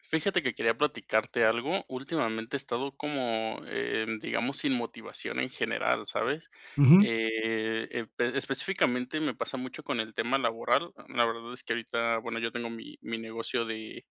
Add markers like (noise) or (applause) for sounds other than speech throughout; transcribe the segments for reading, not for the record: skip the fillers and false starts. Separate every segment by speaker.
Speaker 1: Fíjate que quería platicarte algo. Últimamente he estado como, digamos, sin motivación en general, ¿sabes?
Speaker 2: Ujú,
Speaker 1: Específicamente me pasa mucho con el tema laboral. La verdad es que ahorita, bueno, yo tengo mi negocio de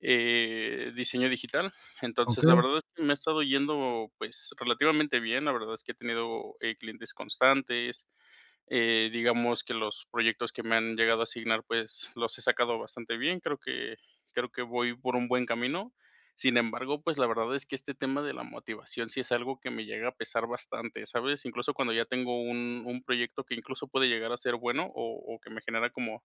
Speaker 1: diseño digital. Entonces, la
Speaker 2: okey,
Speaker 1: verdad es que me ha estado yendo pues relativamente bien. La verdad es que he tenido clientes constantes. Digamos que los proyectos que me han llegado a asignar, pues, los he sacado bastante bien. Creo que voy por un buen camino. Sin embargo, pues, la verdad es que este tema de la motivación sí es algo que me llega a pesar bastante, ¿sabes? Incluso cuando ya tengo un proyecto que incluso puede llegar a ser bueno o que me genera como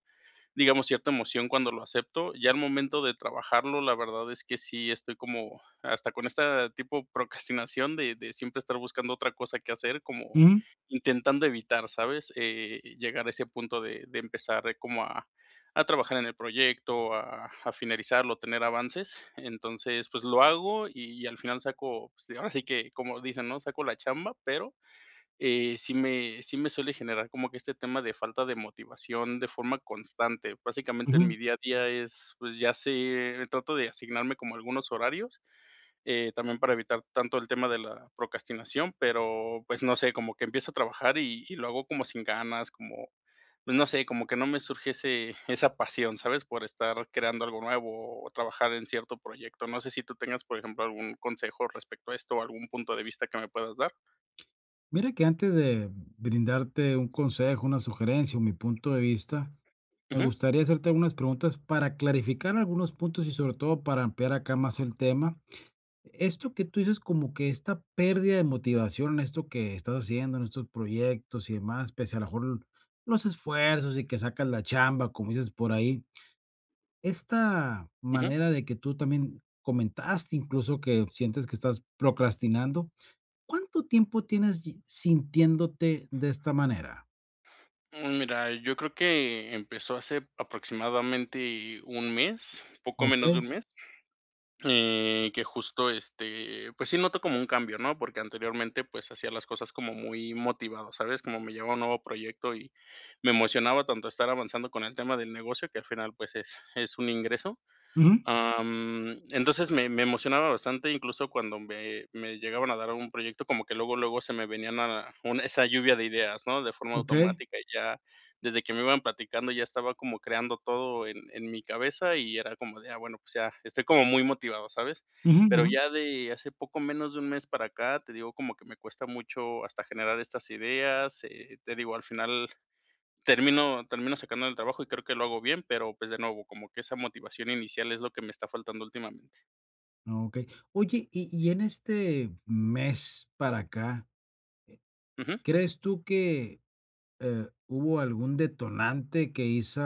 Speaker 1: digamos, cierta emoción cuando lo acepto. Ya al momento de trabajarlo, la verdad es que sí estoy como hasta con esta tipo de procrastinación de siempre estar buscando otra cosa que hacer, como
Speaker 2: ujú,
Speaker 1: intentando evitar, ¿sabes? Llegar a ese punto de empezar como a trabajar en el proyecto, a finalizarlo, tener avances. Entonces, pues, lo hago y al final saco, pues, ahora sí que, como dicen, ¿no? Saco la chamba, pero sí me suele generar como que este tema de falta de motivación de forma constante. Básicamente, en
Speaker 2: ujú.
Speaker 1: mi día a día es, pues, ya sé trato de asignarme como algunos horarios, también para evitar tanto el tema de la procrastinación, pero, pues, no sé, como que empiezo a trabajar y lo hago como sin ganas, como, pues, no sé, como que no me surge ese esa pasión, ¿sabes? Por estar creando algo nuevo o trabajar en cierto proyecto. No sé si tú tengas, por ejemplo, algún consejo respecto a esto o algún punto de vista que me puedas dar.
Speaker 2: Mira que antes de brindarte un consejo, una sugerencia o mi punto de vista, me
Speaker 1: Ujú,
Speaker 2: gustaría hacerte algunas preguntas para clarificar algunos puntos y sobre todo para ampliar acá más el tema. Esto que tú dices como que esta pérdida de motivación en esto que estás haciendo, en estos proyectos y demás, pese a lo mejor los esfuerzos y que sacas la chamba, como dices por ahí. Esta
Speaker 1: ujú.
Speaker 2: manera de que tú también comentaste incluso que sientes que estás procrastinando, ¿cuánto tiempo tienes yi sintiéndote de esta manera?
Speaker 1: Mira, yo creo que empezó hace aproximadamente un mes, poco menos
Speaker 2: Okey.
Speaker 1: de un mes, que justo este, pues sí noto como un cambio, ¿no? Porque anteriormente pues hacía las cosas como muy motivado, ¿sabes? Como me llevaba un nuevo proyecto y me emocionaba tanto estar avanzando con el tema del negocio, que al final pues es un ingreso.
Speaker 2: Ujú.
Speaker 1: Entonces me emocionaba bastante, incluso cuando me llegaban a dar un proyecto, como que luego, luego se me venían a una esa lluvia de ideas, ¿no? De forma
Speaker 2: Okey.
Speaker 1: automática y ya desde que me iban platicando ya estaba como creando todo en mi cabeza y era como de, ah, bueno, pues ya estoy como muy motivado, ¿sabes?
Speaker 2: Ujú,
Speaker 1: Pero
Speaker 2: ujú.
Speaker 1: ya de hace poco menos de un mes para acá, te digo como que me cuesta mucho hasta generar estas ideas, te digo, al final termino sacando del trabajo y creo que lo hago bien, pero, pues, de nuevo, como que esa motivación inicial es lo que me está faltando últimamente.
Speaker 2: Okey. Oye, y en este mes para acá,
Speaker 1: Ujú.
Speaker 2: ¿crees tú que, hubo algún detonante que hizo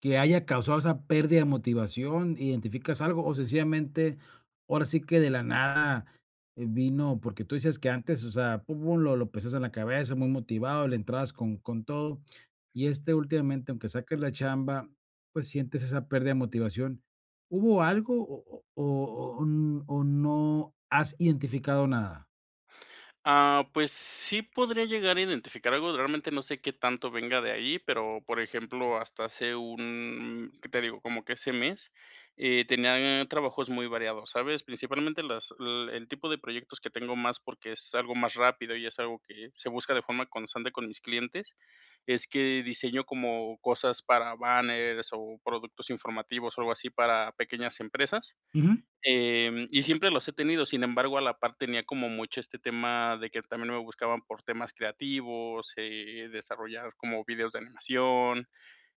Speaker 2: que haya causado esa pérdida de motivación? ¿Identificas algo? O sencillamente, ahora sí que de la nada vino, porque tú dices que antes, o sea, pum, pum, lo pesas en la cabeza, muy motivado, le entrabas con todo, y este últimamente, aunque saques la chamba, pues sientes esa pérdida de motivación. ¿Hubo algo o, o no has identificado nada?
Speaker 1: Ah, pues sí podría llegar a identificar algo, realmente no sé qué tanto venga de ahí, pero, por ejemplo, hasta hace un, ¿qué te digo? Como que ese mes, tenía trabajos muy variados, ¿sabes? Principalmente el tipo de proyectos que tengo más porque es algo más rápido y es algo que se busca de forma constante con mis clientes, es que diseño como cosas para banners o productos informativos o algo así para pequeñas empresas.
Speaker 2: Ujú,
Speaker 1: Y siempre los he tenido, sin embargo, a la par tenía como mucho este tema de que también me buscaban por temas creativos, desarrollar como videos de animación,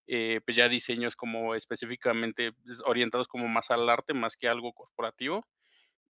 Speaker 1: pues ya diseños como específicamente, pues, orientados como más al arte, más que algo corporativo.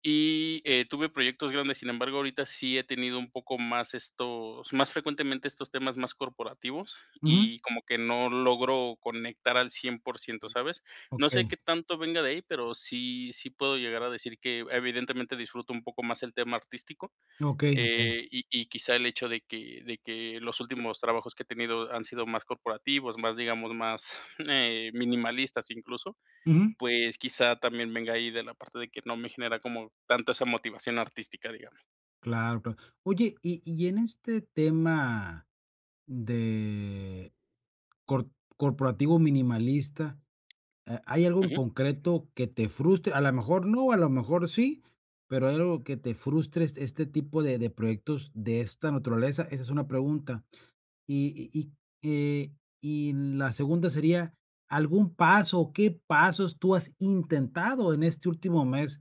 Speaker 1: Y, tuve proyectos grandes, sin embargo, ahorita sí he tenido un poco más estos más frecuentemente estos temas más corporativos
Speaker 2: ujú.
Speaker 1: y como que no logro conectar al cien por ciento, ¿sabes? No sé
Speaker 2: Ok,
Speaker 1: qué tanto venga de ahí, pero sí puedo llegar a decir que evidentemente disfruto un poco más el tema artístico,
Speaker 2: ok, ok.
Speaker 1: y quizá el hecho de que los últimos trabajos que he tenido han sido más corporativos, más, digamos, más, (laughs) minimalistas incluso,
Speaker 2: Ujú.
Speaker 1: pues, quizá también venga ahí de la parte de que no me genera como tanto esa motivación artística, digamos.
Speaker 2: Claro, claro. Oye, y en este tema de cor corporativo minimalista, ¿ha hay algo en
Speaker 1: Ujú.
Speaker 2: concreto que te frustre? A lo mejor no, a lo mejor sí, pero, ¿hay algo que te frustre este este tipo de proyectos de esta naturaleza? Esa es una pregunta. Y y y, eh, y la segunda sería, ¿algún paso o qué pasos tú has intentado en este último mes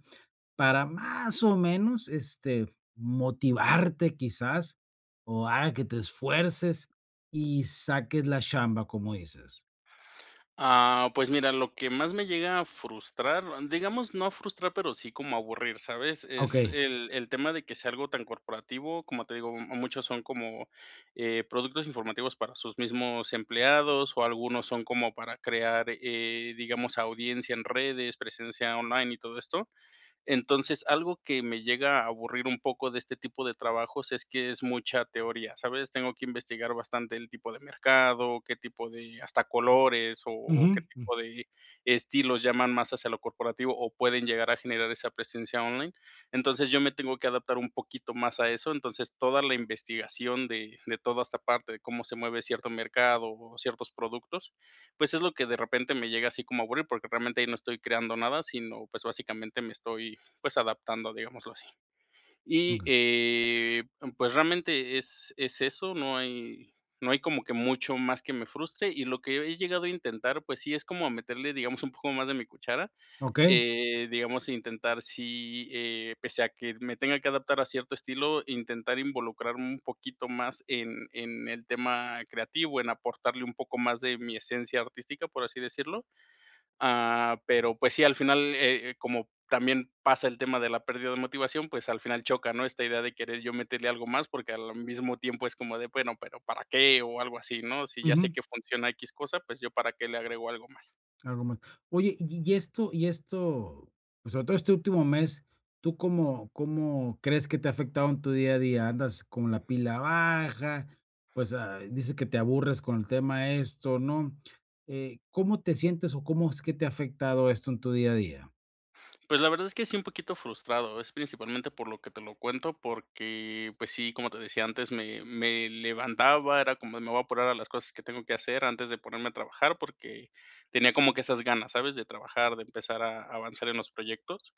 Speaker 2: para más o menos, este, motivarte quizás, o haga que te esfuerces y saques la chamba, como dices?
Speaker 1: Ah, pues mira, lo que más me llega a frustrar, digamos, no a frustrar, pero sí como a aburrir, ¿sabes? Es
Speaker 2: Okey.
Speaker 1: el tema de que sea algo tan corporativo, como te digo, muchos son como, productos informativos para sus mismos empleados, o algunos son como para crear, digamos, audiencia en redes, presencia online y todo esto. Entonces, algo que me llega a aburrir un poco de este tipo de trabajos es que es mucha teoría, ¿sabes? Tengo que investigar bastante el tipo de mercado, qué tipo de, hasta colores o qué
Speaker 2: Ujú. Mm,
Speaker 1: tipo de estilos llaman más hacia lo corporativo o pueden llegar a generar esa presencia online. Entonces, yo me tengo que adaptar un poquito más a eso. Entonces, toda la investigación de toda esta parte, de cómo se mueve cierto mercado o ciertos productos, pues es lo que de repente me llega así como a aburrir, porque realmente ahí no estoy creando nada, sino pues básicamente me estoy pues adaptando, digámoslo así. Y,
Speaker 2: okey.
Speaker 1: pues realmente es eso, no hay como que mucho más que me frustre, y lo que he llegado a intentar, pues sí, es como meterle, digamos, un poco más de mi cuchara, digamos, e intentar sí, pese a que me tenga que adaptar a cierto estilo, intentar involucrarme un poquito más en el tema creativo, en aportarle un poco más de mi esencia artística, por así decirlo. Ah, pero, pues sí, al final, como también pasa el tema de la pérdida de motivación, pues al final choca, ¿no? Esta idea de querer yo meterle algo más, porque al mismo tiempo es como de, bueno, pero ¿para qué? O algo así, ¿no? Si ya sé que funciona X cosa, pues yo para qué le agrego algo más.
Speaker 2: Algo más. Oye, y esto, pues, sobre todo este último mes, ¿tú cómo cómo crees que te ha afectado en tu día a día? ¿Andas con la pila baja? Pues, ah, dices que te aburres con el tema esto, ¿no? ¿Cómo te sientes o cómo es que te ha afectado esto en tu día a día?
Speaker 1: Pues la verdad es que sí, un poquito frustrado, es principalmente por lo que te lo cuento, porque, pues sí, como te decía antes, me levantaba, era como de, me voy a apurar a las cosas que tengo que hacer antes de ponerme a trabajar, porque tenía como que esas ganas, ¿sabes? De trabajar, de empezar a avanzar en los proyectos.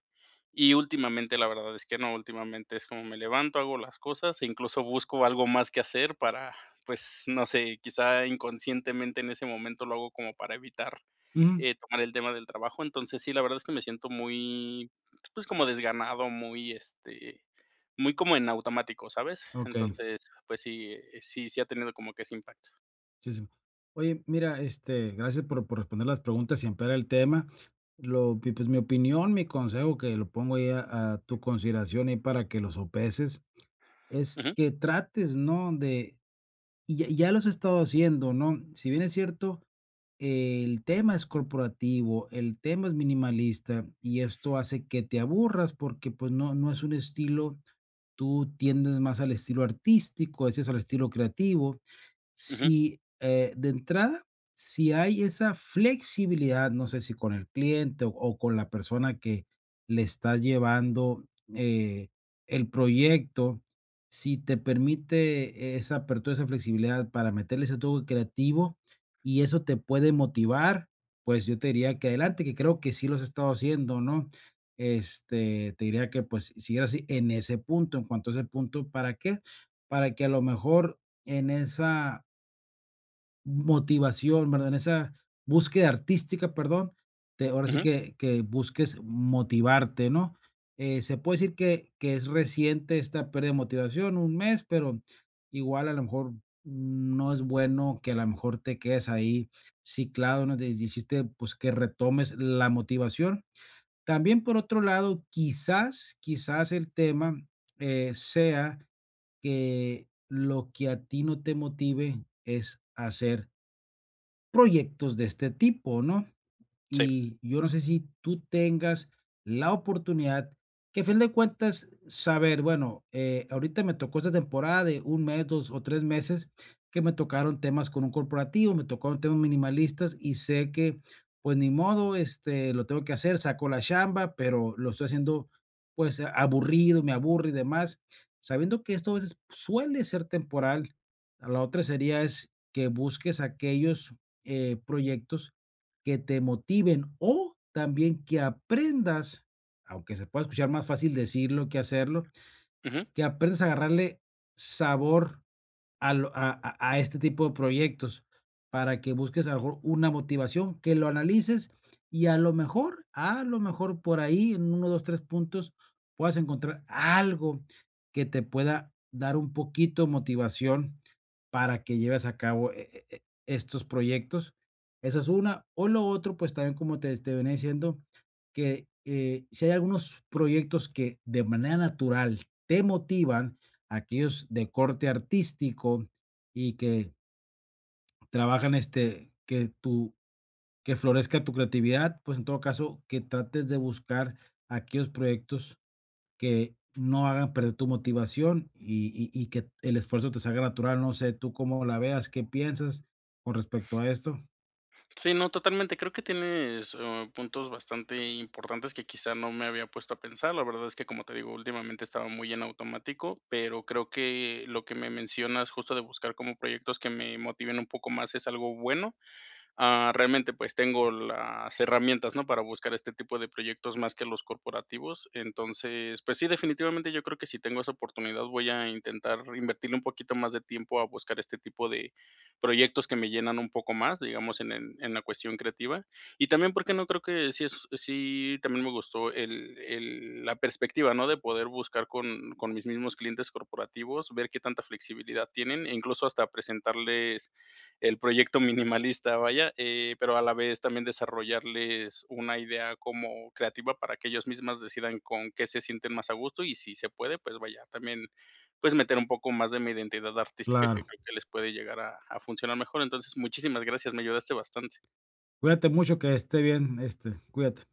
Speaker 1: Y últimamente, la verdad es que no, últimamente es como me levanto, hago las cosas e incluso busco algo más que hacer para, pues, no sé, quizá inconscientemente en ese momento lo hago como para evitar,
Speaker 2: Ujú.
Speaker 1: tomar el tema del trabajo. Entonces, sí, la verdad es que me siento muy, pues, como desganado, muy, este, muy como en automático, ¿sabes?
Speaker 2: Okey,
Speaker 1: Entonces, pues sí, sí, ha tenido como que ese impacto.
Speaker 2: muchísimo. Oye, mira, este, gracias por responder las preguntas y ampliar el tema. Lo pi Pues, mi opinión, mi consejo, que lo pongo ahí a tu consideración ahí para que lo sopeses. Es
Speaker 1: Ujú,
Speaker 2: que trates, ¿no? De y ya los he estado haciendo, ¿no? Si bien es cierto, el tema es corporativo, el tema es minimalista y esto hace que te aburras porque, pues, no no es un estilo, tú tiendes más al estilo artístico, ese es al estilo creativo.
Speaker 1: ujú,
Speaker 2: Si, de entrada, si hay esa flexibilidad, no sé si con el cliente o con la persona que le está llevando, eh, el proyecto, si te permite esa apertura, esa flexibilidad para meterle ese toque creativo y eso te puede motivar, pues yo te diría que adelante, que creo que sí los he estado haciendo, ¿no? Este, te diría que, pues, siguieras así en ese punto, en cuanto a ese punto, ¿para qué? Para que a lo mejor en esa motivación, ¿verdad? En esa búsqueda artística, perdón, te ahora sí
Speaker 1: ujú,
Speaker 2: que busques motivarte, ¿no? Se puede decir que es reciente esta pérdida de motivación, un mes, pero igual a lo mejor no es bueno que a lo mejor te quedes ahí ciclado, ¿no? Te dijiste, pues, que retomes la motivación. También, por otro lado, quizás, quizás el tema, sea que lo que a ti no te motive es hacer proyectos de este tipo, ¿no?
Speaker 1: sí,
Speaker 2: Y yo no sé si tú tengas la oportunidad que a fin de cuentas saber, bueno, ahorita me tocó esta temporada de un mes, 2 o 3 meses que me tocaron temas con un corporativo, me tocaron temas minimalistas y sé que, pues, ni modo, este, lo tengo que hacer, saco la chamba, pero lo estoy haciendo, pues, aburrido, me aburre y demás. Sabiendo que esto a veces suele ser temporal, la otra sería es que busques aquellos, proyectos que te motiven o también que aprendas, aunque se pueda escuchar más fácil decirlo que hacerlo,
Speaker 1: ujú.
Speaker 2: que aprendas a agarrarle sabor a lo a este tipo de proyectos, para que busques a lo mejor una motivación, que lo analices y a lo mejor por ahí en uno 2 3 puntos puedas encontrar algo que te pueda dar un poquito de motivación para que lleves a cabo e estos proyectos. Esa es una, o lo otro, pues también como te te venía diciendo que, si hay algunos proyectos que de manera natural te motivan aquellos de corte artístico y que trabajan, este, que tu que florezca tu creatividad, pues, en todo caso, que trates de buscar aquellos proyectos que no hagan perder tu motivación y que el esfuerzo te salga natural. No sé tú cómo la veas, ¿qué piensas con respecto a esto?
Speaker 1: Sí, no, totalmente. Creo que tienes, puntos bastante importantes que quizá no me había puesto a pensar. La verdad es que, como te digo, últimamente estaba muy en automático, pero creo que lo que me mencionas justo de buscar como proyectos que me motiven un poco más es algo bueno. Ah, realmente pues tengo las herramientas, ¿no? Para buscar este tipo de proyectos más que los corporativos. Entonces, pues sí, definitivamente yo creo que si tengo esa oportunidad voy a intentar invertirle un poquito más de tiempo a buscar este tipo de proyectos que me llenan un poco más, digamos, en la cuestión creativa. Y también porque no creo que sí, es, sí también me gustó la perspectiva, ¿no? De poder buscar con mis mismos clientes corporativos, ver qué tanta flexibilidad tienen e incluso hasta presentarles el proyecto minimalista, vaya, pero a la vez también desarrollarles una idea como creativa para que ellos mismas decidan con qué se sienten más a gusto y si se puede, pues vaya, también pues meter un poco más de mi identidad artística que
Speaker 2: Claro.
Speaker 1: creo que les puede llegar a funcionar mejor. Entonces, muchísimas gracias, me ayudaste bastante.
Speaker 2: Cuídate mucho, que esté bien, este, cuídate.